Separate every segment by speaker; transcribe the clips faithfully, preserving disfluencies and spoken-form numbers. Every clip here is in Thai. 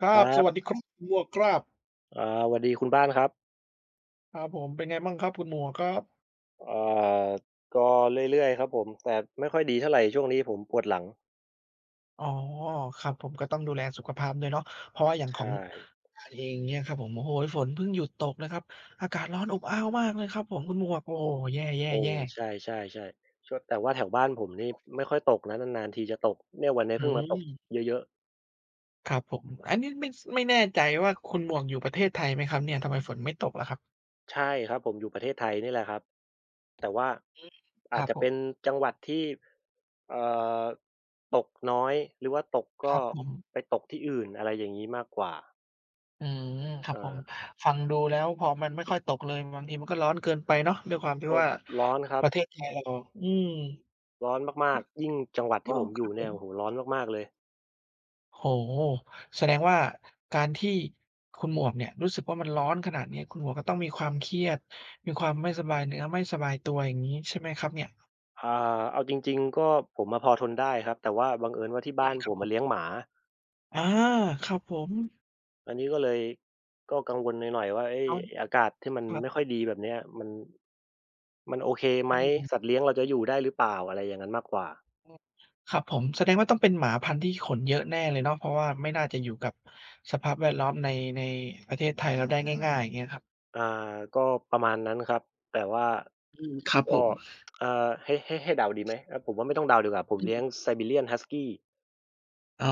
Speaker 1: ค
Speaker 2: ค
Speaker 1: รับ
Speaker 2: รั
Speaker 1: ส
Speaker 2: บ
Speaker 1: วัสดีครับคุณหมวกครับ
Speaker 2: อ่าหวัดดีคุณบ้านครับ
Speaker 1: ครับผมเป็นไงบ้างครับคุณหมวกครับ
Speaker 2: อ่าก็เรื่อยๆครับผมแต่ไม่ค่อยดีเท่าไรช่วงนี้ผมปวดหลัง
Speaker 1: อ๋อครับผมก็ต้องดูแลสุขภาพด้วยเนาะเพราะว่าอย่าง
Speaker 2: ใช
Speaker 1: ของ
Speaker 2: ่
Speaker 1: บ้านเองเนี่ยครับผมโอ้โฮฝนเพิ่งหยุดตกนะครับอากาศร้อนอบอ้าวมากเลยครับผมคุณหมวกโอ้โฮแย
Speaker 2: โอ้
Speaker 1: ่ๆ
Speaker 2: ใช
Speaker 1: ๆ
Speaker 2: ่ๆๆช่วงแต่ว่าแถวบ้านผมนี่ไม่ค่อยตกนะนานๆทีจะตกเนี่ยวันนี้
Speaker 1: อื
Speaker 2: เพิ่งมาตก
Speaker 1: ม
Speaker 2: เยอะ
Speaker 1: ครับผมอันนี้ไม่สไม่แน่ใจว่าคุณหมวกอยู่ประเทศไทยไหมครับเนี่ยทำไมฝนไม่ตกล่ะครับ
Speaker 2: ๆใช่ครับผมอยู่ประเทศไทยนี่แหละครับแต่ว่า
Speaker 1: อืมค
Speaker 2: อา
Speaker 1: รั
Speaker 2: จ
Speaker 1: บ
Speaker 2: จะ
Speaker 1: ผม
Speaker 2: เป็นจังหวัดที่เอ่อตกน้อยหรือว่าตก
Speaker 1: ครั
Speaker 2: ก็
Speaker 1: บผม
Speaker 2: ไปตกที่อื่นอะไรอย่างงี้มากกว่า
Speaker 1: อืมครั
Speaker 2: เอ
Speaker 1: บผม
Speaker 2: อ
Speaker 1: ฟังดูแล้วพอมันไม่ค่อยตกเลยบางทีมันก็ร้อนเกินไปเนาะด้วยความที่
Speaker 2: โอ้
Speaker 1: ว่า
Speaker 2: ร้อนครั
Speaker 1: ป
Speaker 2: บ
Speaker 1: ระเทศไทยเราอืม
Speaker 2: ร้อนมากๆยิ่งจังหวัด
Speaker 1: อ้อ
Speaker 2: ที่ผม
Speaker 1: ค
Speaker 2: อ
Speaker 1: รั
Speaker 2: ยู่
Speaker 1: บผ
Speaker 2: เนี่ยโอ้โฮ
Speaker 1: ม
Speaker 2: ร้อนมากๆเลย
Speaker 1: โอ้โฮแสดงว่าการที่คุณหมวกเนี่ยรู้สึกว่ามันร้อนขนาดเนี้ยคุณหมวกก็ต้องมีความเครียดมีความไม่สบายเนื้อไม่สบายตัวอย่างงี้ใช่ไหมครับเนี่ย
Speaker 2: อ่าเอาจริงๆก็ผมอะพอทนได้ครับ แต่ว่าบังเอิญว่าที่
Speaker 1: อื
Speaker 2: บ้า
Speaker 1: ม
Speaker 2: น
Speaker 1: ค
Speaker 2: ผ
Speaker 1: รับ
Speaker 2: ม
Speaker 1: ผ
Speaker 2: อะ
Speaker 1: ม
Speaker 2: เลี้ยงหมา
Speaker 1: อาครับผม
Speaker 2: อันนี้ก็เลยก็กังวลหน่อยๆว่าเอ๊ย
Speaker 1: ต้อง
Speaker 2: อากาศที่มัน
Speaker 1: ครับ
Speaker 2: ไม่ค่อยดีแบบเนี้ยมันมันโอเคไหม
Speaker 1: อื
Speaker 2: สัตว์
Speaker 1: ม
Speaker 2: เลี้ยงเราจะอยู่ได้หรือเปล่าอะไรอย่างนั้นมากกว่า
Speaker 1: ครับผมแสดงว่าต้องเป็นหมาพันธุ์ที่ขนเยอะแน่เลยเนาะเพราะว่าไม่น่าจะอยู่กับสภาพแวดล้อมในในประเทศไทยเราได้ง่ายๆอย่างเงี้ยครับ
Speaker 2: อ่าก็ประมาณนั้นครับ แต่ว่า
Speaker 1: อืมครับผ
Speaker 2: ก็
Speaker 1: ม
Speaker 2: เอ่อให้ให้ให้เดาดีไหมอาผมว่าไม่ต้องเดาดีกว่าผม
Speaker 1: อื
Speaker 2: เลี้ยง
Speaker 1: ม
Speaker 2: Siberian Husky
Speaker 1: อ๋อ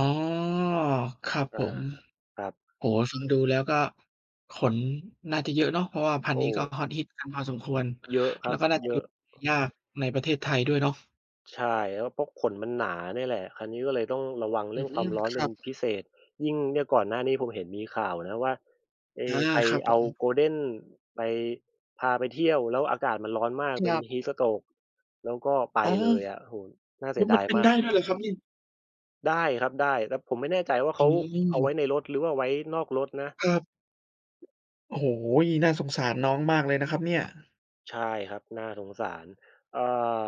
Speaker 1: ครับผ
Speaker 2: อา
Speaker 1: ม
Speaker 2: ครับ
Speaker 1: โอ้โฮฟังดูแล้วก็ขนน่าจะเยอะเนาะเพราะว่าพันธุ์
Speaker 2: โอ้
Speaker 1: นี้ก็ฮอตฮิตกันพอสมควร
Speaker 2: เยอะค
Speaker 1: แล้
Speaker 2: รั
Speaker 1: ว
Speaker 2: บ
Speaker 1: ก็น่าจะ
Speaker 2: เยอะ
Speaker 1: หายากในประเทศไทยด้วยเนาะ
Speaker 2: ใช่แล้วพวกขนมันหนาเนี่ยแหละคราวนี้ก็เลยต้องระวัง
Speaker 1: อื
Speaker 2: เรื่องความ
Speaker 1: ม
Speaker 2: ร้อน
Speaker 1: ค
Speaker 2: เป็
Speaker 1: รั
Speaker 2: น
Speaker 1: บ
Speaker 2: พิเศษยิ่งเนี่ยก่อนหน้านี้ผมเห็นมีข่าวนะว่า
Speaker 1: อา
Speaker 2: เอ๊ะใคร
Speaker 1: ครับผ
Speaker 2: เอา
Speaker 1: ม
Speaker 2: โกลเด้นไปพาไปเที่ยวแล้วอากาศมันร้อนมาก
Speaker 1: ค
Speaker 2: เป็น
Speaker 1: รับ
Speaker 2: Heat Stroke แล้วก็ไป
Speaker 1: อ๋อ
Speaker 2: เลยอะโอ้โฮน่าเสี
Speaker 1: แล้ว
Speaker 2: ย
Speaker 1: มัน
Speaker 2: ดาย
Speaker 1: เป็น
Speaker 2: มาก
Speaker 1: ได้ด้วยเหรอครับนี่
Speaker 2: ได้ครับได้แต่ผมไม่แน่ใจว่า
Speaker 1: อื
Speaker 2: เขา
Speaker 1: ม
Speaker 2: เอาไว้ในรถหรือว่าไว้นอกรถนะ
Speaker 1: ครับโอ้โฮน่าสงสารน้องมากเลยนะครับเนี่ย
Speaker 2: ใช่ครับน่าสงสารเอ่อ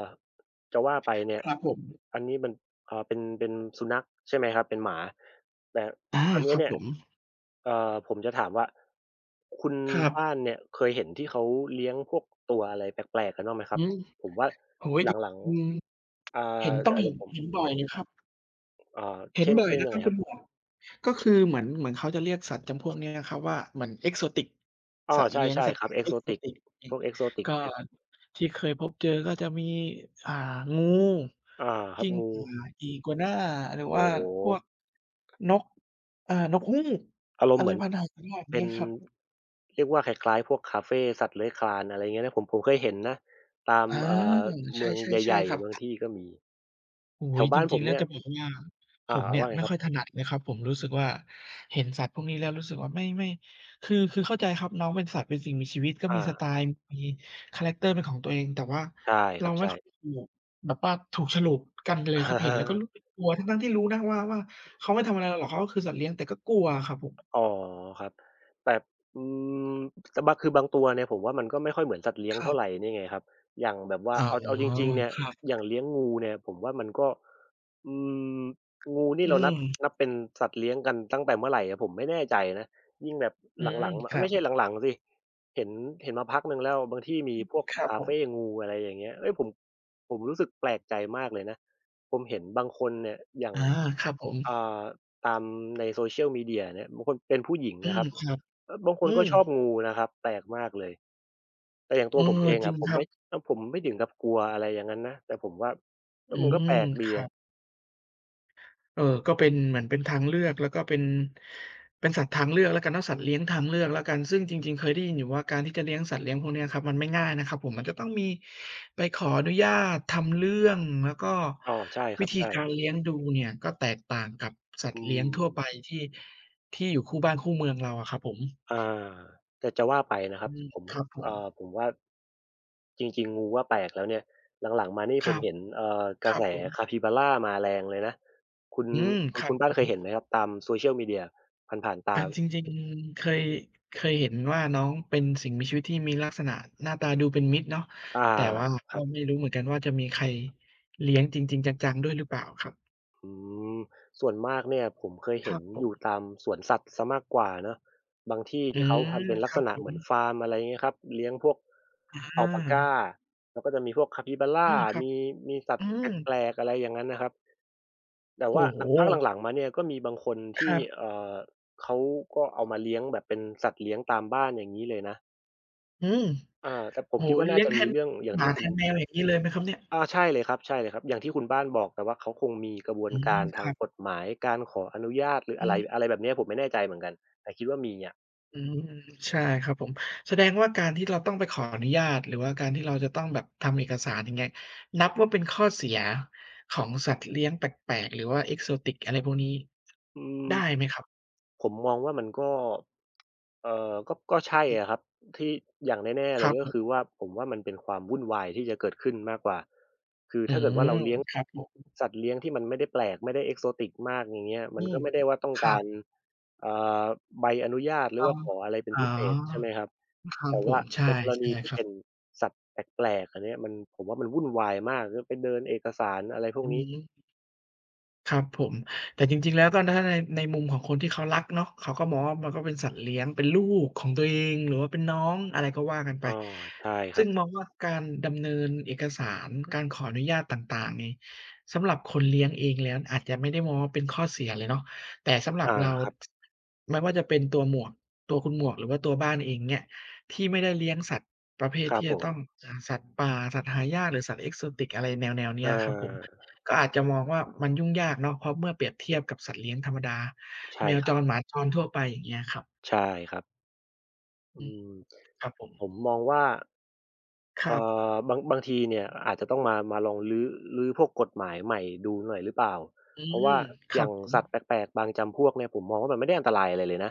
Speaker 2: จะว่าไปเนี่
Speaker 1: ค
Speaker 2: ย
Speaker 1: รับผม
Speaker 2: อันนี้มันอ่าเป็นเป็นสุนัขใช่ไหมครับเป็นหมาแต่
Speaker 1: อา
Speaker 2: คราว
Speaker 1: ค
Speaker 2: เนี้ย
Speaker 1: รับ
Speaker 2: เนี่
Speaker 1: ผ
Speaker 2: ย
Speaker 1: ม
Speaker 2: เอ่อผมจะถามว่าคุณ
Speaker 1: ครับ
Speaker 2: บ้านเนี่ยเคยเห็นที่เขาเลี้ยงพวกตัวอะไรแปลกๆกันบ้างไหมค
Speaker 1: อื
Speaker 2: รับ
Speaker 1: ม
Speaker 2: ผมว่า
Speaker 1: โอ้โฮ
Speaker 2: ห
Speaker 1: ดี
Speaker 2: ลัง
Speaker 1: อืม
Speaker 2: ๆอ่า
Speaker 1: เห็นต้อ
Speaker 2: เดี๋ย
Speaker 1: ง
Speaker 2: ว
Speaker 1: เห็
Speaker 2: เดี๋ย
Speaker 1: น
Speaker 2: วผม
Speaker 1: เห็นบ่อยนะครับ
Speaker 2: อ่า
Speaker 1: เห็น
Speaker 2: เช่น
Speaker 1: บ่อย
Speaker 2: เช่น
Speaker 1: นะ
Speaker 2: ยั
Speaker 1: ค
Speaker 2: ง
Speaker 1: รั
Speaker 2: ไง
Speaker 1: บ
Speaker 2: ค
Speaker 1: คุ
Speaker 2: รั
Speaker 1: ณ
Speaker 2: บ
Speaker 1: หมวก ก็คือเหมือนเหมือนเขาจะเรียกสัตว์จำพวกเนี้ยครับว่าเหมือน Exotic
Speaker 2: อ้อ
Speaker 1: สัตว์
Speaker 2: ใ
Speaker 1: เลี้ยง
Speaker 2: ช่
Speaker 1: สัต
Speaker 2: ๆ
Speaker 1: ว์
Speaker 2: ครับ Exotic
Speaker 1: เอ็กโซติก อื
Speaker 2: พ
Speaker 1: ม
Speaker 2: วก Exotic
Speaker 1: ก็
Speaker 2: Pet
Speaker 1: พบเจอก็จะมีอ่างู
Speaker 2: อาครับ
Speaker 1: กิ้ง
Speaker 2: งู
Speaker 1: ก่า อีกัวน่า หรือว่า
Speaker 2: โอ้โฮ
Speaker 1: พวกนกอ่านกฮูก
Speaker 2: อารม
Speaker 1: อะ
Speaker 2: ณ์
Speaker 1: ไร
Speaker 2: เหมือน
Speaker 1: พันหายากอย่าง
Speaker 2: เป็น
Speaker 1: เงี้ยครับ
Speaker 2: เรียกว่าคล้ายๆพวกคาเฟสัตว์เลื้อยคลานอะไรอย่างเงี้ยนะผมผมเคยเห็นนะตาม
Speaker 1: อา
Speaker 2: เอ่อ
Speaker 1: ใ
Speaker 2: เมือง
Speaker 1: ช่
Speaker 2: ใหญ่
Speaker 1: ๆๆครับ
Speaker 2: ๆบางที่ก็มี
Speaker 1: โอ้โฮ
Speaker 2: แถว
Speaker 1: จ
Speaker 2: บ้านผ
Speaker 1: ริง
Speaker 2: ม
Speaker 1: ๆแล้ว
Speaker 2: เนี่ย
Speaker 1: จะบอกว่าผ
Speaker 2: อ่า
Speaker 1: มเนี่ย
Speaker 2: ว่าไง
Speaker 1: ไม่
Speaker 2: ครั
Speaker 1: ค่
Speaker 2: บ
Speaker 1: อยถนัดเลยครับผมรู้สึกว่าเห็นสัตว์พวกนี้แล้วรู้สึกว่าไม่ไม่คือคือเข้าใจครับน้องเป็นสัตว์เป็นสิ่งมีชีวิตก็มี
Speaker 2: อา
Speaker 1: สไตล์มีคาแรกเตอร์เป็นของตัวเองแต่ว่า
Speaker 2: ใช่ค
Speaker 1: เรา
Speaker 2: รับ
Speaker 1: ไม่
Speaker 2: ใช่
Speaker 1: ค่อยถูกแบบว่าถูกโฉลกกันเลย
Speaker 2: อ
Speaker 1: ครับเห็นแล้วก็รู้
Speaker 2: า
Speaker 1: สึกกลัวทั้งๆที่รู้นะว่าว่าเขาไม่ทำอะไรเราหรอกเขาก็คือสัตว์เลี้ยงแต่ก็กลัวอะครับผม
Speaker 2: อ๋อครับแต่อืมแต่บางคือบางตัวเนี่ยผมว่ามันก็ไม่ค่อยเหมือนสัตว์เลี้ย
Speaker 1: ค
Speaker 2: ง
Speaker 1: รั
Speaker 2: เท่าไร
Speaker 1: บ
Speaker 2: นี่ไงครับอย่างแบบว่า
Speaker 1: อ๋อ
Speaker 2: เอาเอาจริงๆเนี่ย
Speaker 1: ครับ
Speaker 2: อย่างเลี้ยงงูเนี่ยผมว่ามันก็อืมงูนี่เรา
Speaker 1: อื
Speaker 2: นับ
Speaker 1: ม
Speaker 2: นับเป็นสัตว์เลี้ยงกันตั้งแต่เมื่อไรอะผมไม่แน่ใจนะยิ่งแบบ
Speaker 1: อืม
Speaker 2: หลังๆมา
Speaker 1: ครับ
Speaker 2: ไม่ใช่หลังๆสิเห็นเห็นมาพักหนึ่งแล้วบางที่มีพวก
Speaker 1: ครับ
Speaker 2: คา
Speaker 1: ผ
Speaker 2: เฟ
Speaker 1: ม
Speaker 2: งูอะไรอย่างเงี้ยเฮ้ยผมผมรู้สึกแปลกใจมากเลยนะผมเห็นบางคนเนี่ยอย่าง
Speaker 1: อาครับผม
Speaker 2: อ่า ตามใน social media เนี่ยบางคนเป็นผู้หญิง
Speaker 1: อื
Speaker 2: นะค
Speaker 1: ม
Speaker 2: รับ
Speaker 1: ครับ
Speaker 2: เออบางค
Speaker 1: อื
Speaker 2: นก็
Speaker 1: ม
Speaker 2: ชอบงูนะครับแปลกมากเลยแต่อย่าง
Speaker 1: เอ
Speaker 2: ตั
Speaker 1: อ
Speaker 2: วผมเอง
Speaker 1: จริ
Speaker 2: อะ
Speaker 1: ง
Speaker 2: ผ
Speaker 1: ค
Speaker 2: ม
Speaker 1: รั
Speaker 2: ไม่
Speaker 1: บ
Speaker 2: เออผมไม่ถึงกับกลัวอะไรอย่างงั้นนะแต่ผมว่าเอ
Speaker 1: อื
Speaker 2: อมันก็
Speaker 1: ม
Speaker 2: แปลก
Speaker 1: ค
Speaker 2: ดี
Speaker 1: รั
Speaker 2: อะ
Speaker 1: บ เออก็เป็นเหมือนเป็นทางเลือกแล้วก็เป็นเป็นสัตว์ทางเลือกแล้วกันเนาะสัตว์เลี้ยงทางเลือกแล้วกันซึ่งจริงๆเคยได้ยินอยู่ว่าการที่จะเลี้ยงสัตว์เลี้ยงพวกเนี้ยครับมันไม่ง่ายนะครับผมมันจะต้องมีไปขออนุญาตทำเรื่องแล้วก็
Speaker 2: อ้อใช่ค
Speaker 1: วิ
Speaker 2: รับ
Speaker 1: ธี
Speaker 2: ใช่
Speaker 1: การเลี้ยงดูเนี่ยก็แตกต่างกับสัต
Speaker 2: อื
Speaker 1: ว์เลี้ยงทั่วไป
Speaker 2: ม
Speaker 1: ที่ที่อยู่คู่บ้านคู่เมืองเราอะครับผม
Speaker 2: อาแต่จะว่าไปนะครั
Speaker 1: อื
Speaker 2: บ
Speaker 1: ม
Speaker 2: ผม
Speaker 1: ค
Speaker 2: เห็
Speaker 1: รั
Speaker 2: น
Speaker 1: บผม
Speaker 2: เอ่อผมว่าจริงๆงูว่าแปลกแล้วเนี่ยหลังๆมานี่
Speaker 1: ค
Speaker 2: ผม
Speaker 1: รับ
Speaker 2: เห็นเอ่อก
Speaker 1: ค
Speaker 2: ระ
Speaker 1: รั
Speaker 2: แส
Speaker 1: บผม
Speaker 2: Capybara มาแรงเลยนะคุณ
Speaker 1: อืม
Speaker 2: คุ
Speaker 1: ค
Speaker 2: ณ
Speaker 1: รับ
Speaker 2: คุณ
Speaker 1: ผ
Speaker 2: บ้าน
Speaker 1: ม
Speaker 2: เคยเห็นไหมครับตาม social media ผ่านๆตา
Speaker 1: อาจริงๆเคยเคยเห็นว่าน้องเป็นสิ่งมีชีวิตที่มีลักษณะหน้าตาดูเป็นมิตรเนาะ
Speaker 2: อา
Speaker 1: แต่ว่า
Speaker 2: ค
Speaker 1: ก็
Speaker 2: รับ
Speaker 1: ไม่รู้เหมือนกันว่าจะมีใครเลี้ยงจริงๆจังๆด้วยหรือเปล่าครับ
Speaker 2: อืมส่วนมากเนี่ยผมเคย
Speaker 1: ค
Speaker 2: เห็
Speaker 1: รั
Speaker 2: น
Speaker 1: บผ
Speaker 2: อ
Speaker 1: ม
Speaker 2: ยู่ตามสวนสัตว์ซะมากกว่าเนาะบางที่
Speaker 1: อื
Speaker 2: ที่เขา
Speaker 1: ม
Speaker 2: ทำเป็น
Speaker 1: ค
Speaker 2: ลัก
Speaker 1: รั
Speaker 2: ษ
Speaker 1: บ
Speaker 2: ณะ
Speaker 1: ผ
Speaker 2: เห
Speaker 1: ม
Speaker 2: มือนฟาร์มอะไรเงี้ยครับเลี้ยงพวก
Speaker 1: อา
Speaker 2: อัลปาก้าแล้วก็จะมีพวก
Speaker 1: อื
Speaker 2: Capybara
Speaker 1: มครับ
Speaker 2: มีมีสัต
Speaker 1: อื
Speaker 2: ว์แ
Speaker 1: ม
Speaker 2: ปลกๆอะไรอย่างนั้นนะครับแต่
Speaker 1: โอ้
Speaker 2: ว่า
Speaker 1: โฮ
Speaker 2: หลังพักหลังๆมาเนี่ยก็มีบางคน
Speaker 1: ค
Speaker 2: ที่
Speaker 1: รับ
Speaker 2: เอ่อเขาก็เอามาเลี้ยงแบบเป็นสัตว์เลี้ยงตามบ้านอย่างนี้เลยนะ
Speaker 1: อืม
Speaker 2: อาแต่ผม
Speaker 1: โอ้
Speaker 2: คิ
Speaker 1: โฮ
Speaker 2: ดว่าน่า
Speaker 1: เลี้ยง
Speaker 2: จะ
Speaker 1: แท
Speaker 2: มี
Speaker 1: น
Speaker 2: เรื่องอย่า
Speaker 1: ห
Speaker 2: ง
Speaker 1: มา
Speaker 2: ที่
Speaker 1: แท
Speaker 2: คุณ
Speaker 1: นแมวอย่างงี้เลยไหมครับเนี่ย
Speaker 2: อาใช่เลยครับใช่เลยครับอย่างที่คุณบ้านบอกแต่ว่าเขาคงมีกระบว
Speaker 1: อื
Speaker 2: น
Speaker 1: ม
Speaker 2: การ
Speaker 1: ค
Speaker 2: ทาง
Speaker 1: รั
Speaker 2: ก
Speaker 1: บ
Speaker 2: ฎหมายการขออนุญาตหรือ
Speaker 1: อื
Speaker 2: อะไร
Speaker 1: ม
Speaker 2: อะไรแบบเนี้ยผมไม่แน่ใจเหมือนกันแต่คิดว่ามีอะ
Speaker 1: อืมใช่ครับผมแสดงว่าการที่เราต้องไปขออนุญาตหรือว่าการที่เราจะต้องแบบทำเอกสารอย่างเงี้ยนับว่าเป็นข้อเสียของสัตว์เลี้ยงแปลกๆหรือว่า Exotic อะไรพวกนี้
Speaker 2: อืม
Speaker 1: ได้ไหมครับ
Speaker 2: ผมมองว่ามันก็เอ่อก็ก็ใช่
Speaker 1: อือ
Speaker 2: อะครับที่อย่างแน่ๆ
Speaker 1: ค
Speaker 2: เล
Speaker 1: รั
Speaker 2: ย
Speaker 1: บ
Speaker 2: ก็
Speaker 1: ผ
Speaker 2: คือ
Speaker 1: ม
Speaker 2: ว่าผมว่ามันเป็นความวุ่นวายที่จะเกิดขึ้นมากกว่าคือ
Speaker 1: อื
Speaker 2: ถ้าเกิด
Speaker 1: ม
Speaker 2: ว่าเราเลี้ยง
Speaker 1: ครับผม
Speaker 2: สัตว์เลี้ยงที่มันไม่ได้แปลกไม่ได้ Exotic มากอย่างเงี้ยมั
Speaker 1: อื
Speaker 2: น
Speaker 1: ม
Speaker 2: ก็ไม่ได้ว่าต้อง
Speaker 1: ครั
Speaker 2: กา
Speaker 1: บ
Speaker 2: รเอ่อใบอนุญาตห
Speaker 1: ท
Speaker 2: รือว่าขออะไรเป็
Speaker 1: ำ
Speaker 2: น
Speaker 1: อ๋อ
Speaker 2: พิเศษใช่ไหมครับ
Speaker 1: ครับ
Speaker 2: แต่
Speaker 1: ผ
Speaker 2: ว่า
Speaker 1: ม
Speaker 2: ใน
Speaker 1: ใช่
Speaker 2: กร
Speaker 1: ใช่
Speaker 2: ณีที่
Speaker 1: ครับ
Speaker 2: เป็นสัตว์แปลกๆอันเนี้ยมันผมว่ามันวุ่นวายมากแล้วไปเดินเอกสารอะไรพว
Speaker 1: อื
Speaker 2: ก
Speaker 1: อ
Speaker 2: นี้
Speaker 1: ฮึ ครับผมแต่จริงๆแล้วก็ถ้าในในมุมของคนที่เขารักเนาะเขาก็มองว่ามันก็เป็นสัตว์เลี้ยงเป็นลูกของตัวเองหรือว่าเป็นน้องอะไรก็ว่ากันไป
Speaker 2: อาใช่ค
Speaker 1: ซึ่
Speaker 2: รั
Speaker 1: ง
Speaker 2: บ
Speaker 1: มองว่าการดำเนินเอกสารการขออนุญาตต่างๆนี่สำหรับคนเลี้ยงเองแล้วอาจจะไม่ได้มองว่าเป็นข้อเสียเลยเนาะแต่สำหรับ
Speaker 2: อา
Speaker 1: เรา
Speaker 2: ครับ
Speaker 1: ไม่ว่าจะเป็นตัวหมวกตัวคุณหมวกหรือว่าตัวบ้านเองเนี่ยที่ไม่ได้เลี้ยงสัตว์ประเภท
Speaker 2: ครับ
Speaker 1: ที่
Speaker 2: ผ
Speaker 1: จะ
Speaker 2: ม
Speaker 1: ต้องอ่าสัตว์ป่าสัตว์หายากหรือสัตว์ Exotic อะไรแนวๆเนี้
Speaker 2: อ
Speaker 1: ยครับผม
Speaker 2: า
Speaker 1: ก็อาจจะมองว่ามันยุ่งยากเนาะเพราะเมื่อเปรียบเทียบกับสัตว์เลี้ยงธรรมดาแม
Speaker 2: ใช่
Speaker 1: ว
Speaker 2: ค
Speaker 1: จ
Speaker 2: รั
Speaker 1: ร
Speaker 2: บ
Speaker 1: หมาจรทั่วไปอย่างเงี้ยครับ
Speaker 2: ใช่ครับอื
Speaker 1: อืม
Speaker 2: ม
Speaker 1: ครับผม
Speaker 2: ผมมองว่า
Speaker 1: ครั
Speaker 2: เอ่
Speaker 1: บ
Speaker 2: อบางบางทีเนี่ยอาจจะต้องมามาลองรื้อรื้อพวกกฎหมายใหม่ดูหน่อยหรือเปล่า
Speaker 1: อื
Speaker 2: เพราะ
Speaker 1: ม
Speaker 2: ว่า
Speaker 1: ค
Speaker 2: อ
Speaker 1: รับ
Speaker 2: ย่าง
Speaker 1: ผม
Speaker 2: สัตว์แปลกๆบางจำพวกเนี่ยผมมองว่ามันไม่ได้อันตรายอะไรเลยนะ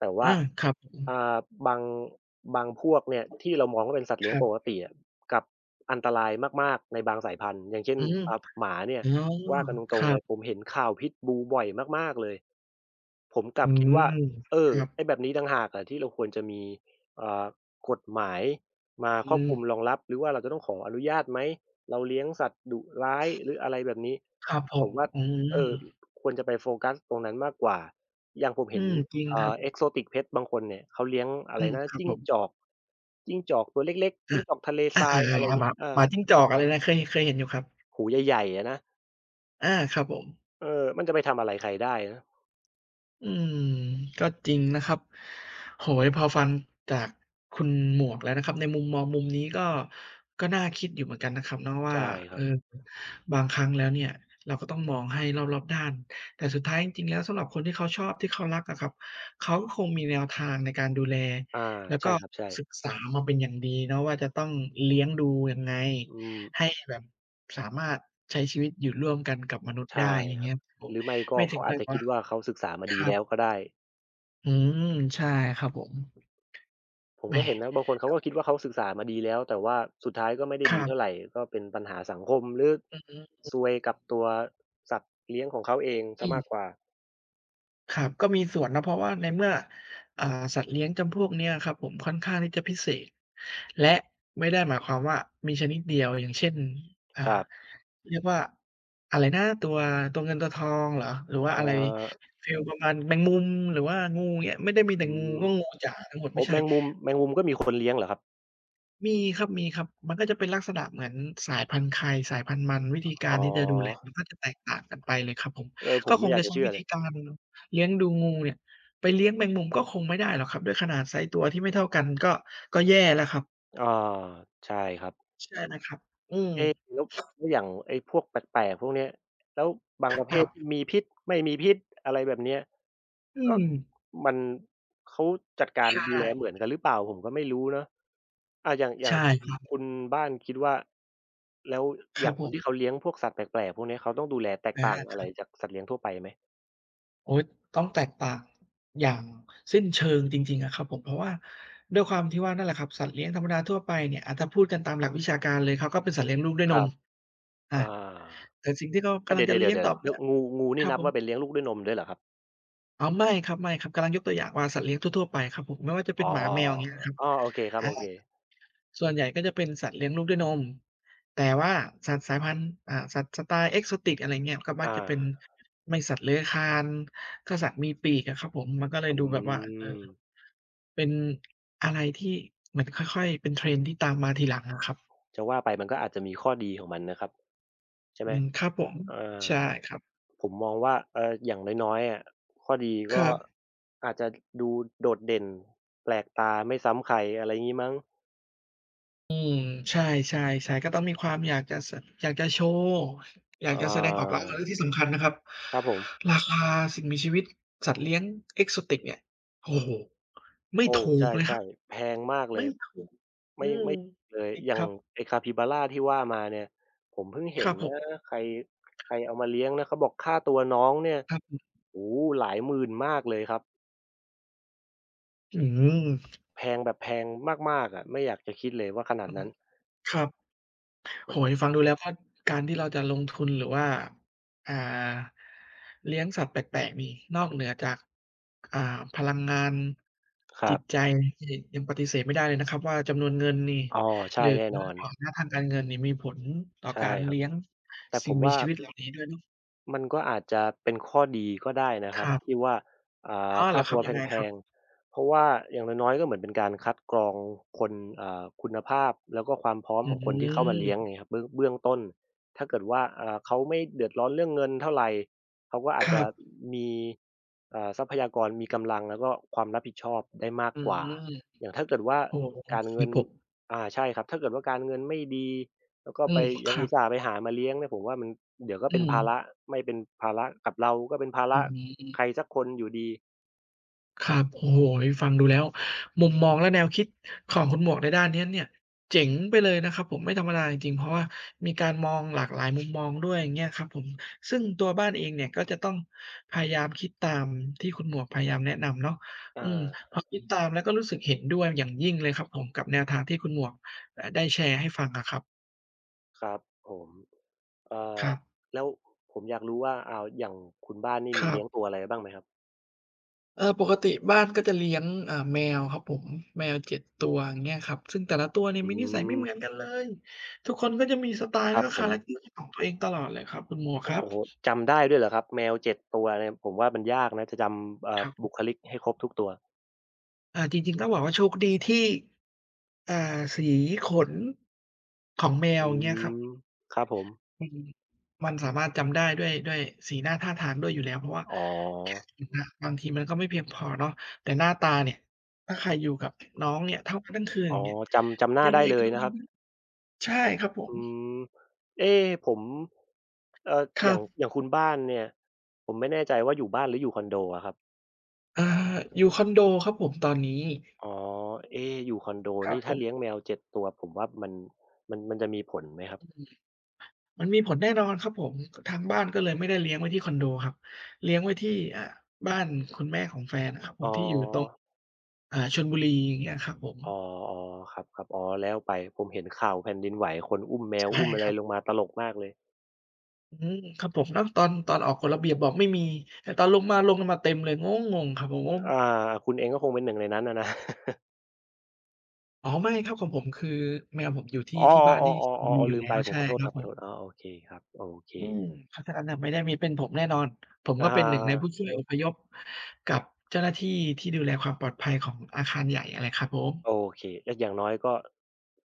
Speaker 2: แต่ว่า
Speaker 1: อาครับผม
Speaker 2: อ่าบางบางพวกเนี่ยที่เรามองว่าเป็นสัตว์
Speaker 1: ค
Speaker 2: เลี้ยง
Speaker 1: รั
Speaker 2: ปก
Speaker 1: บ
Speaker 2: ติอะกลับอันตรายมากๆในบางสายพันธุ์อย่างเช่น
Speaker 1: อืม
Speaker 2: อ่าหมาเนี่ย
Speaker 1: อ๋อ
Speaker 2: ว่ากันต
Speaker 1: ค
Speaker 2: รง
Speaker 1: รั
Speaker 2: ๆเลยผม
Speaker 1: บ
Speaker 2: เห็นข่าวพิตบูบ่อยมากๆเลย ผมกลั
Speaker 1: อื
Speaker 2: บคิดว่า
Speaker 1: ม
Speaker 2: เอ
Speaker 1: ค
Speaker 2: อ
Speaker 1: รับ
Speaker 2: ไอ้แบบนี้ต่างหากอะที่เราควรจะมีเอ่อกฎหมายมาค
Speaker 1: อื
Speaker 2: รอบ
Speaker 1: ม
Speaker 2: คลุมรองรับหรือว่าเราจะต้องขออนุญาตไหมเราเลี้ยงสัตว์ดุร้ายหรืออะไรแบบนี้
Speaker 1: ครับผ
Speaker 2: ผ
Speaker 1: ม
Speaker 2: มว่า
Speaker 1: อืม
Speaker 2: เอ่อควรจะไปโฟกัสตรงนั้นมากกว่าอย่างผม
Speaker 1: อื
Speaker 2: เห็น
Speaker 1: มจริงครับ
Speaker 2: เอ่า Exotic Pet บางคนเนี่ยเขาเลี้ยงอะ
Speaker 1: อื
Speaker 2: ไร
Speaker 1: ม
Speaker 2: นะ
Speaker 1: ครับ
Speaker 2: จิ้
Speaker 1: ผ
Speaker 2: ง
Speaker 1: ม
Speaker 2: จอกจิ้งจอกตัวเล็กๆจิ้งจอกทะเล
Speaker 1: อา
Speaker 2: ทรา
Speaker 1: อา
Speaker 2: ยอะไร
Speaker 1: ๆๆห
Speaker 2: เงี้
Speaker 1: มา
Speaker 2: ย
Speaker 1: ห
Speaker 2: อา
Speaker 1: มาจิ้งจอกอะไรนะเคยเคยเห็นอยู่ครับ
Speaker 2: หูใหญ่ๆอะนะ
Speaker 1: อาครับผม
Speaker 2: เออมันจะไปทำอะไรใครได้นะ
Speaker 1: อืมก็จริงนะครับโอ้โฮพอฟังจากคุณหมวกแล้วนะครับในมุมมองมุมนี้ก็ก็น่าคิดอยู่เหมือนกันนะครับเนาะว่า
Speaker 2: ใช่ค
Speaker 1: เอ
Speaker 2: รั
Speaker 1: อ
Speaker 2: บ
Speaker 1: บางครั้งแล้วเนี่ยเราก็ต้องมองให้รอบๆด้านแต่สุดท้ายจริงๆแล้วสำหรับคนที่เขาชอบที่เขารักอะครับเขาก็คงมีแนวทางในการดูแล
Speaker 2: อา
Speaker 1: แล้วก็
Speaker 2: ใช่ครับใช่
Speaker 1: ศึกษามาเป็นอย่างดีเนาะว่าจะต้องเลี้ยงดูยังไง
Speaker 2: อื
Speaker 1: ให้
Speaker 2: ม
Speaker 1: แบบสามารถใช้ชีวิตอยู่ร่วมกันกับมนุษย์ได้
Speaker 2: ใช่
Speaker 1: อย่าง
Speaker 2: ครั
Speaker 1: เงี้
Speaker 2: บ
Speaker 1: ยครับผม
Speaker 2: หรือไม่ก็
Speaker 1: ไม่ถึง
Speaker 2: เขาอา
Speaker 1: กั
Speaker 2: จ
Speaker 1: บ
Speaker 2: จะ
Speaker 1: ว่า
Speaker 2: คิดว่าเขาศึกษามา
Speaker 1: ค
Speaker 2: ดี
Speaker 1: รับ
Speaker 2: แล้วก็ได้
Speaker 1: อืมใช่ครับผม
Speaker 2: ผม
Speaker 1: แหม
Speaker 2: ก็เห็นนะบางคนเขา
Speaker 1: ก็
Speaker 2: ก็คิดว่าเขาศึกษามาดีแล้วแต่ว่าสุดท้ายก็ไม่ได้
Speaker 1: ค
Speaker 2: ดี
Speaker 1: รั
Speaker 2: เท่า
Speaker 1: บ
Speaker 2: ไรก็เป็นปัญหาสังคมหรือ
Speaker 1: อือฮึ
Speaker 2: ซวยกับตัวสัตว์เลี้ยงของเขาเองเสีย
Speaker 1: อื
Speaker 2: มากก
Speaker 1: ม
Speaker 2: ว่า
Speaker 1: ครับก็มีส่วนนะเพราะว่าในเมื่ออ่าสัตว์เลี้ยงจำพวกเนี้ยครับผมค่อนข้างที่จะพิเศษและไม่ได้หมายความว่ามีชนิดเดียวอย่างเช่นอ่า
Speaker 2: ครับ
Speaker 1: เรียกว่าอะไรนะตัวตัวเงินตัวทองเหรอหรือว่า
Speaker 2: เอ่
Speaker 1: อะไร
Speaker 2: อ
Speaker 1: ฟีลประมาณแมงมุมหรือว่างูเงี้ยไม่ได้มีแต่
Speaker 2: อื
Speaker 1: งู
Speaker 2: ม
Speaker 1: ก็งูจ๋าทั้งหมด
Speaker 2: โอ้
Speaker 1: ไม่ใช่
Speaker 2: แมงมุมแมงมุมก็มีคนเลี้ยงเหรอครับ
Speaker 1: มีครับมีครับมันก็จะเป็นลักษณะเหมือนสายพันธุ์ใครสายพันธุ์มันวิธีกา
Speaker 2: อ๋
Speaker 1: ร
Speaker 2: อ
Speaker 1: ที่จะดูแลมันก็จะแตกต่างกันไปเลยครับผม
Speaker 2: เออผ
Speaker 1: ก็
Speaker 2: ม
Speaker 1: ค
Speaker 2: ไม่
Speaker 1: ง
Speaker 2: อยา
Speaker 1: จะ
Speaker 2: กจะ
Speaker 1: ใช้
Speaker 2: เชื่อ
Speaker 1: วิ
Speaker 2: เล
Speaker 1: ธี
Speaker 2: ย
Speaker 1: การเลี้ยงดูงูเนี่ยไปเลี้ยงแมงมุมก็คงไม่ได้หรอกครับด้วยขนาดไซซ์ตัวที่ไม่เท่ากันก็ก็แย่แล้วครับ
Speaker 2: อาใช่ครับ
Speaker 1: ใช่ไหมครับอืม
Speaker 2: เอ๊แล้วแล้วอย่างไอ้พวกแปลกๆพวกเนี้ยแล้วบางประ
Speaker 1: ค
Speaker 2: เภ
Speaker 1: รั
Speaker 2: ทที่
Speaker 1: บ
Speaker 2: มีพิษไม่มีพิษอะไรแบบเนี้ย
Speaker 1: อื
Speaker 2: ก็
Speaker 1: ม
Speaker 2: มันเขาจัดการ
Speaker 1: ใช่
Speaker 2: ดูแลเหมือนกันหรือเปล่าผมก็ไม่รู้เนาะอาอย่างอย่า
Speaker 1: ใช่
Speaker 2: ง
Speaker 1: ครับ
Speaker 2: คุณบ้านคิดว่าแล้ว
Speaker 1: ค
Speaker 2: อ
Speaker 1: รับ
Speaker 2: ย่าง
Speaker 1: ผ
Speaker 2: คนที่
Speaker 1: ม
Speaker 2: เขาเลี้ยงพวกสัตว์แปลกๆพวกเนี้ยเขาต้องดูแลแตก
Speaker 1: อา
Speaker 2: ต่าง
Speaker 1: ค
Speaker 2: อะไร
Speaker 1: รั
Speaker 2: จา
Speaker 1: บ
Speaker 2: กสัตว์เลี้ยงทั่วไปไหม
Speaker 1: โอ๊ยต้องแตกต่างอย่างสิ้นเชิงจริงๆอะครับผมเพราะว่าด้วยความที่ว่านั่นแหละครับสัตว์เลี้ยงธรรมดาทั่วไปเนี่ยอะถ้าพูดกันตามหลักวิชาการเลยเขาก็เป็นสัตว์เลี้ยงลูกด้วย
Speaker 2: ค
Speaker 1: น
Speaker 2: รั
Speaker 1: ม
Speaker 2: บ
Speaker 1: อา
Speaker 2: อา
Speaker 1: แต่สิ่งที่เขา
Speaker 2: อา
Speaker 1: กำลั
Speaker 2: เดี๋
Speaker 1: ง
Speaker 2: ยวๆ
Speaker 1: จะ
Speaker 2: ๆๆ
Speaker 1: เลี้ยง
Speaker 2: เดี
Speaker 1: ต่อไป
Speaker 2: ๋ยวงูงู
Speaker 1: ค
Speaker 2: นี่
Speaker 1: รับ
Speaker 2: นั
Speaker 1: ผ
Speaker 2: บว่าเป็น
Speaker 1: ม
Speaker 2: เลี้ยงลูกด้วยนมด้วยเหรอครับ
Speaker 1: อ๋อไม่ครับๆกำลังยกตัวอย่างว่าสัตว์เลี้ยงทั่วๆไปครับผมไม่ว่าจะเป็
Speaker 2: อ๋
Speaker 1: น
Speaker 2: อ
Speaker 1: หมาแมวอย่างเงี้ยครับ
Speaker 2: อ้อโอเคครับโอเค
Speaker 1: อา ส่วนใหญ่ก็จะเป็นสัตว์เลี้ยงลูกด้วยนมแต่ว่าสัตว์สายพันธุ์อ่าสัตว์สไตล์ Exotic อะไรเงี้ยก็มักจะเป็น
Speaker 2: อา
Speaker 1: ไม่สัตว์เลื้อยคลานก็สัตว์มีปีกอะครับผมมันก็เลย
Speaker 2: อื
Speaker 1: ดูแบบว่าเออ
Speaker 2: ม
Speaker 1: เป็นอะไรที่เหมือนค่อยๆเป็น Trend ที่ตามมาทีหลังอะครับ
Speaker 2: จะว่าไปมันก็อาจจะมีข้อดีของมันนะครับใช่ไห
Speaker 1: อื
Speaker 2: ม
Speaker 1: มครับผม
Speaker 2: เอ่อ
Speaker 1: ใช่ครับ
Speaker 2: ผมมองว่าเอ่ออย่างน้อยๆอะข้อดี
Speaker 1: ค
Speaker 2: ก็
Speaker 1: รับ
Speaker 2: อาจจะดูโดดเด่นแปลกตาไม่ซ้ำใครอะไรงี้มั้ง
Speaker 1: อืมใช่ใช่ใช่ก็ต้องมีความอยากจะสอยากจะโชว์อยา
Speaker 2: เอ่
Speaker 1: ก
Speaker 2: อ
Speaker 1: จะแสดงออกแล้วก็ที่สำคัญนะครับ
Speaker 2: ครับผม
Speaker 1: ราคาสิ่งมีชีวิตสัตว์เลี้ยง Exotic เนี่ยโอ้โฮไม่
Speaker 2: โอ้
Speaker 1: ถู
Speaker 2: ใ
Speaker 1: กนะครั
Speaker 2: ช่
Speaker 1: บ
Speaker 2: ๆแพงมากเล
Speaker 1: ไม่
Speaker 2: ย
Speaker 1: ถูกอืม
Speaker 2: เลย
Speaker 1: จริง
Speaker 2: อ
Speaker 1: ค
Speaker 2: ย่าง
Speaker 1: รับ
Speaker 2: ไอ้คาปิบาราที่ว่ามาเนี่ยผมเพิ่ง
Speaker 1: ค
Speaker 2: เห็น
Speaker 1: รับผม
Speaker 2: นะใครใครเอามาเลี้ยงนะเขาบอกค่าตัวน้องเนี่ย
Speaker 1: ครับ
Speaker 2: โอ้โฮหลายหมื่นมากเลยครับ
Speaker 1: อืม
Speaker 2: แพงแบบแพงมากๆอะไม่อยากจะคิดเลยว่าขนา
Speaker 1: อื
Speaker 2: ด
Speaker 1: อ
Speaker 2: นั้
Speaker 1: ฮึ
Speaker 2: น
Speaker 1: ครับ โอ้โฮฟังดูแล้วก็การที่เราจะลงทุนหรือว่าอ่าเลี้ยงสัตว์แปลกๆนี่นอกเหนือจากอ่าพลังงาน
Speaker 2: ค
Speaker 1: จิ
Speaker 2: รั
Speaker 1: ต
Speaker 2: บ
Speaker 1: ใจที่ยังปฏิเสธไม่ได้เลยนะครับว่าจำนวนเงินนี่
Speaker 2: อ๋อ
Speaker 1: ห
Speaker 2: ใช่
Speaker 1: รือ
Speaker 2: แน่นอน
Speaker 1: ฐานะทางการเงินนี่มีผลต่อกา
Speaker 2: ใช่
Speaker 1: ร
Speaker 2: ครับ
Speaker 1: เลี้ยง
Speaker 2: แต่ผ
Speaker 1: สิ่ง
Speaker 2: ม
Speaker 1: มี
Speaker 2: ว่า
Speaker 1: ชีวิตเหล่านี้ด้วยเนาะ
Speaker 2: มันก็อาจจะเป็นข้อดีก็ได้นะ
Speaker 1: ค
Speaker 2: ครับ
Speaker 1: รับ
Speaker 2: ที่ว่าอ่า
Speaker 1: อ้อเหร
Speaker 2: ค่า
Speaker 1: อครั
Speaker 2: ตั
Speaker 1: บ
Speaker 2: วแ
Speaker 1: ยังไง
Speaker 2: พ
Speaker 1: ครั
Speaker 2: ง
Speaker 1: บ
Speaker 2: ๆเพราะว่าอย่างน้อยๆก็เหมือนเป็นการคัดกรองคนอ่าคุณภาพแล้วก็ความพร้อม
Speaker 1: อื
Speaker 2: ของคนที่เข้ามาเลี้ยงอ
Speaker 1: ม
Speaker 2: ย่างเงี้ยครับเบื้องเบื้องต้นถ้าเกิดว่าอ่าเขาไม่เดือดร้อนเรื่องเงินเท่าไรเขาก็อา
Speaker 1: ค
Speaker 2: จ
Speaker 1: รั
Speaker 2: จะ
Speaker 1: บ
Speaker 2: มีอ่าทรัพยากรมีกำลังแล้วก็ความรับผิดชอบได้มาก
Speaker 1: อื
Speaker 2: กว่า
Speaker 1: ม
Speaker 2: อย่างถ้าเกิดว่า
Speaker 1: โอ้โฮคร
Speaker 2: การ
Speaker 1: ั
Speaker 2: เงิ
Speaker 1: บ
Speaker 2: น
Speaker 1: ผม
Speaker 2: อ่าใช่ครับถ้าเกิดว่าการเงินไม่ดี แล้วก็
Speaker 1: อื
Speaker 2: ไป
Speaker 1: มค
Speaker 2: ยัง
Speaker 1: รั
Speaker 2: อุ
Speaker 1: บ
Speaker 2: ตส่าห์ไปหามาเลี้ยงเนี่ยผมว่ามันเดี๋ยวก็
Speaker 1: อื
Speaker 2: เป็น
Speaker 1: ม
Speaker 2: ภาระไม่เป็นภาระกับเราก็เป็นภา
Speaker 1: อื
Speaker 2: ระ
Speaker 1: ม
Speaker 2: ใครสักคนอยู่ดี
Speaker 1: ครับโอ้โฮฟังดูแล้วมุมมองและแนวคิดของคุณหมวกในด้านเนี้ยเนี่ยเจ๋งไปเลยนะครับผมไม่ธรรมดาจริงๆเพราะว่ามีการมองหลากหลายมุมมองด้วยอย่างเงี้ยครับผมซึ่งตัวบ้านเองเนี่ยก็จะต้องพยายามคิดตามที่คุณหมวกพยายามแนะนำเนาะอืม
Speaker 2: อา
Speaker 1: พอคิดตามแล้วก็รู้สึกเห็นด้วยอย่างยิ่งเลยครับผมกับแนวทางที่คุณหมวกอ่าได้แชร์ให้ฟังอะครับ
Speaker 2: ครับผมเอ่
Speaker 1: ค
Speaker 2: อ
Speaker 1: รับ
Speaker 2: แล้วผมอยากรู้ว่าอาอย่างคุณบ้านนี่
Speaker 1: ค
Speaker 2: มี
Speaker 1: รับ
Speaker 2: เลี้ยงตัวอะไรบ้างไหมครับ
Speaker 1: เออปกติบ้านก็จะเลี้ยงอ่าแมวครับผมแมวเจ็ดตัวอย่างเงี้ยครับซึ่งแต่ละตัวเนี่ย
Speaker 2: อื
Speaker 1: มีนิสัยไม่
Speaker 2: ม
Speaker 1: เหมือนกันเลยทุกคนก็จะมีสไตล์
Speaker 2: ค
Speaker 1: แล้
Speaker 2: รั
Speaker 1: ว
Speaker 2: บ
Speaker 1: ก็
Speaker 2: ผ
Speaker 1: คา
Speaker 2: ม
Speaker 1: แรกเตอร์ของตัวเองตลอดเลยครับคุณหมวกค
Speaker 2: โอ้
Speaker 1: รับ
Speaker 2: โอ้โฮจำได้ด้วยเหรอครับแมวเจ็ดตัวเนี่ยผมว่ามันยากนะจะจำเอ่
Speaker 1: ค
Speaker 2: อ
Speaker 1: รั
Speaker 2: บุ
Speaker 1: บ
Speaker 2: คลิกให้ครบทุกตัว
Speaker 1: อ่าจริงๆต้องบอกว่าโชคดีที่อ่าสีขนของแม
Speaker 2: อื
Speaker 1: วอย่างเงี้ยครับ
Speaker 2: มครับผม
Speaker 1: อืมมันสามารถจำได้ด้วยด้วยสีหน้าท่าทางด้วยอยู่แล้วเพราะว่า
Speaker 2: อ๋อ
Speaker 1: นะบางทีมันก็ไม่เพียงพอเนาะแต่หน้าตาเนี่ยถ้าใครอยู่กับน้องเนี่ยเท่ากันทั้งคืนอ
Speaker 2: อ๋
Speaker 1: ย่า
Speaker 2: อ
Speaker 1: งเงี้ย
Speaker 2: จำจำหน้า
Speaker 1: ยัง
Speaker 2: ได้
Speaker 1: ไง
Speaker 2: เล
Speaker 1: ก็
Speaker 2: ย
Speaker 1: ต้อง
Speaker 2: นะครับ
Speaker 1: ทำให้ ใช่ครับผ
Speaker 2: อื
Speaker 1: ม
Speaker 2: มเอ๊ผม เอ่อ
Speaker 1: ค
Speaker 2: อ
Speaker 1: รั
Speaker 2: ย่าง
Speaker 1: บ
Speaker 2: อย่างคุณบ้านเนี่ยผมไม่แน่ใจว่าอยู่บ้านหรืออยู่คอนโดอะครับ
Speaker 1: อ่าอยู่คอนโดครับผมตอนนี้
Speaker 2: อ๋อเอ๊อยู่คอนโด
Speaker 1: ครับ
Speaker 2: นี่
Speaker 1: ผ
Speaker 2: ถ้า
Speaker 1: ม
Speaker 2: เลี้ยงแมวเจ็ดตัวผมว่ามันมันมันจะมีผลไหมครับ
Speaker 1: อืมมันมีผลแน่นอนครับผมทางบ้านก็เลยไม่ได้เลี้ยงไว้ที่คอนโดครับเลี้ยงไว้ที่อ่าบ้านคุณแม่ของแฟนอะครับผ
Speaker 2: อ๋
Speaker 1: มที่อยู่ตรง
Speaker 2: อ
Speaker 1: อ่าชลบุรีอย่างเงี้ยครับผม
Speaker 2: อ๋อๆครับๆอ๋อแล้วไปผมเห็นข่าวแผ่นดินไหวคนอุ้มแมว
Speaker 1: ใช่
Speaker 2: อุ้มอะ
Speaker 1: ค
Speaker 2: ไร
Speaker 1: รับ
Speaker 2: ลงมาตลกมากเลย
Speaker 1: อืมครับผมแล้วตอนตอนออกกฎระเบียบบอกไม่มีแต่ตอนลงมาลงกันมาเต็มเลยงงงๆครับผม
Speaker 2: อาคุณเองก็คงเป็นหนึ่งในนั้นอะนะ
Speaker 1: อ๋อไม่ครับของผมคือแมวผมอยู่ที่
Speaker 2: อ๋อ
Speaker 1: ที่บ้านที่ชลบุ
Speaker 2: ๆๆ
Speaker 1: รี
Speaker 2: ๆ
Speaker 1: อ
Speaker 2: ๆ
Speaker 1: ยู่
Speaker 2: ลืม
Speaker 1: แล้
Speaker 2: ไป
Speaker 1: ว
Speaker 2: ผม
Speaker 1: ใช่
Speaker 2: ขอโท
Speaker 1: ค
Speaker 2: ษ
Speaker 1: รั
Speaker 2: ค
Speaker 1: บ
Speaker 2: รับ
Speaker 1: ผ
Speaker 2: ขอ
Speaker 1: ม
Speaker 2: โทษอ๋อโอเคครับโอเค
Speaker 1: อืมเพราะฉะนั้นน่ะไม่ได้มีเป็นผมแน่นอนผมก็
Speaker 2: อา
Speaker 1: เป็นหนึ่งในผู้ช่วยอพยพกับเจ้าหน้าที่ที่ดูแลความปลอดภัยของอาคารใหญ่อะแหละครับผม
Speaker 2: โอเคก็อย่างน้อยก็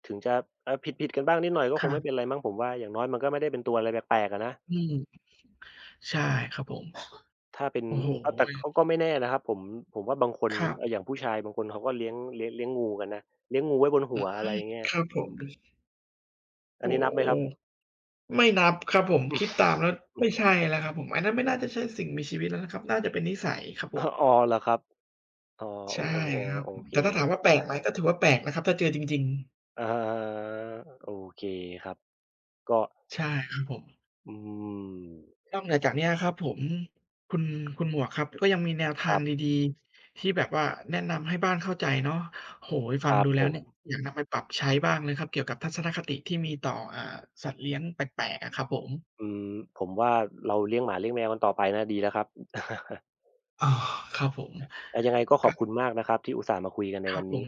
Speaker 2: ถึงจะออผิดๆกันบ้างนิดหน่อยก็
Speaker 1: ค
Speaker 2: คง
Speaker 1: รั
Speaker 2: ไม่เป็น
Speaker 1: บ
Speaker 2: ไรมั้งผมว่าอย่างน้อยมันก็ไม่ได้เป็นตัวอะไรแปลกๆอะนะ
Speaker 1: อืมใช่ครับผม
Speaker 2: ถ้าเป็น
Speaker 1: โอ้โฮ
Speaker 2: อ้าวแต่เขาก็ไม่แน่นะครับผมผมว่าบางคน
Speaker 1: ครับ
Speaker 2: เอ่ออย่างผู้ชายบางคนเขาก็เลี้ยงเลี้ยงเลี้ยงงูกันนะเลี้ยงงูไว้บน
Speaker 1: อื
Speaker 2: หัว
Speaker 1: อ
Speaker 2: อะ
Speaker 1: ฮึ
Speaker 2: ไรอย่างเงี้ย
Speaker 1: ครับผม
Speaker 2: อัน
Speaker 1: โอ้
Speaker 2: นี้นับไหมครับ
Speaker 1: โฮไม่นับครับผมคิดตามแล้วไม่ใช่แล้วครับผมอันนั้นไม่น่าจะใช่สิ่งมีชีวิตแล้วนะครับน่าจะเป็นนิสัยครับผ
Speaker 2: อ้า
Speaker 1: ม
Speaker 2: ว อ๋อเหรอครับอ๋อโอ้
Speaker 1: ใช่ครั
Speaker 2: ๆ
Speaker 1: บ
Speaker 2: ๆโอ
Speaker 1: ผม
Speaker 2: เค
Speaker 1: แต่ถ้าถามว่าแปลกไหมก็ถือว่าแปลกนะครับถ้าเจอจริง
Speaker 2: อะฮะๆโอเคครับก็
Speaker 1: ๆใช่ครับผม
Speaker 2: อืม
Speaker 1: นอกเหนือจากเนี้ยครับผมคุณคุณหมวกครับก็ยังมีแนว
Speaker 2: ค
Speaker 1: ทาง
Speaker 2: รับ
Speaker 1: ดีๆที่แบบว่าแนะนำให้บ้านเข้าใจเนาะโอ้โฮ
Speaker 2: ค
Speaker 1: ฟัง
Speaker 2: รับ
Speaker 1: ดู
Speaker 2: ผ
Speaker 1: แล้ว
Speaker 2: ม
Speaker 1: เนี่ยอยากนำไปปรับใช้บ้างเลยครับเกี่ยวกับทัศนคติที่มีต่ออ่าสัตว์เลี้ยงแปลกๆอะครับผม
Speaker 2: อืมผมว่าเราเลี้ยงหมาเลี้ยงแมวกันต่อไปนะดีแล้วครับ
Speaker 1: ออครับผม
Speaker 2: เอ่ายังไงก็ข
Speaker 1: ก็
Speaker 2: อบคุณมากนะครับที่อุตส่าห์มาคุยกันใน
Speaker 1: ครั
Speaker 2: วั
Speaker 1: บ
Speaker 2: น
Speaker 1: ผ
Speaker 2: นี้
Speaker 1: ม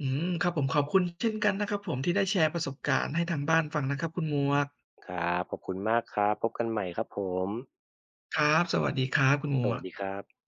Speaker 1: อืมครับผมขอบคุณเช่นกันนะครับผมที่ได้แชร์ประสบการณ์ให้ทางบ้านฟังนะครับคุณหมวก
Speaker 2: ครับขอบคุณมากครับ พบกันใหม่ครับผม
Speaker 1: ครับสวัสดีครับคุณหม
Speaker 2: ส
Speaker 1: ว
Speaker 2: วัส
Speaker 1: ก
Speaker 2: ดีครับ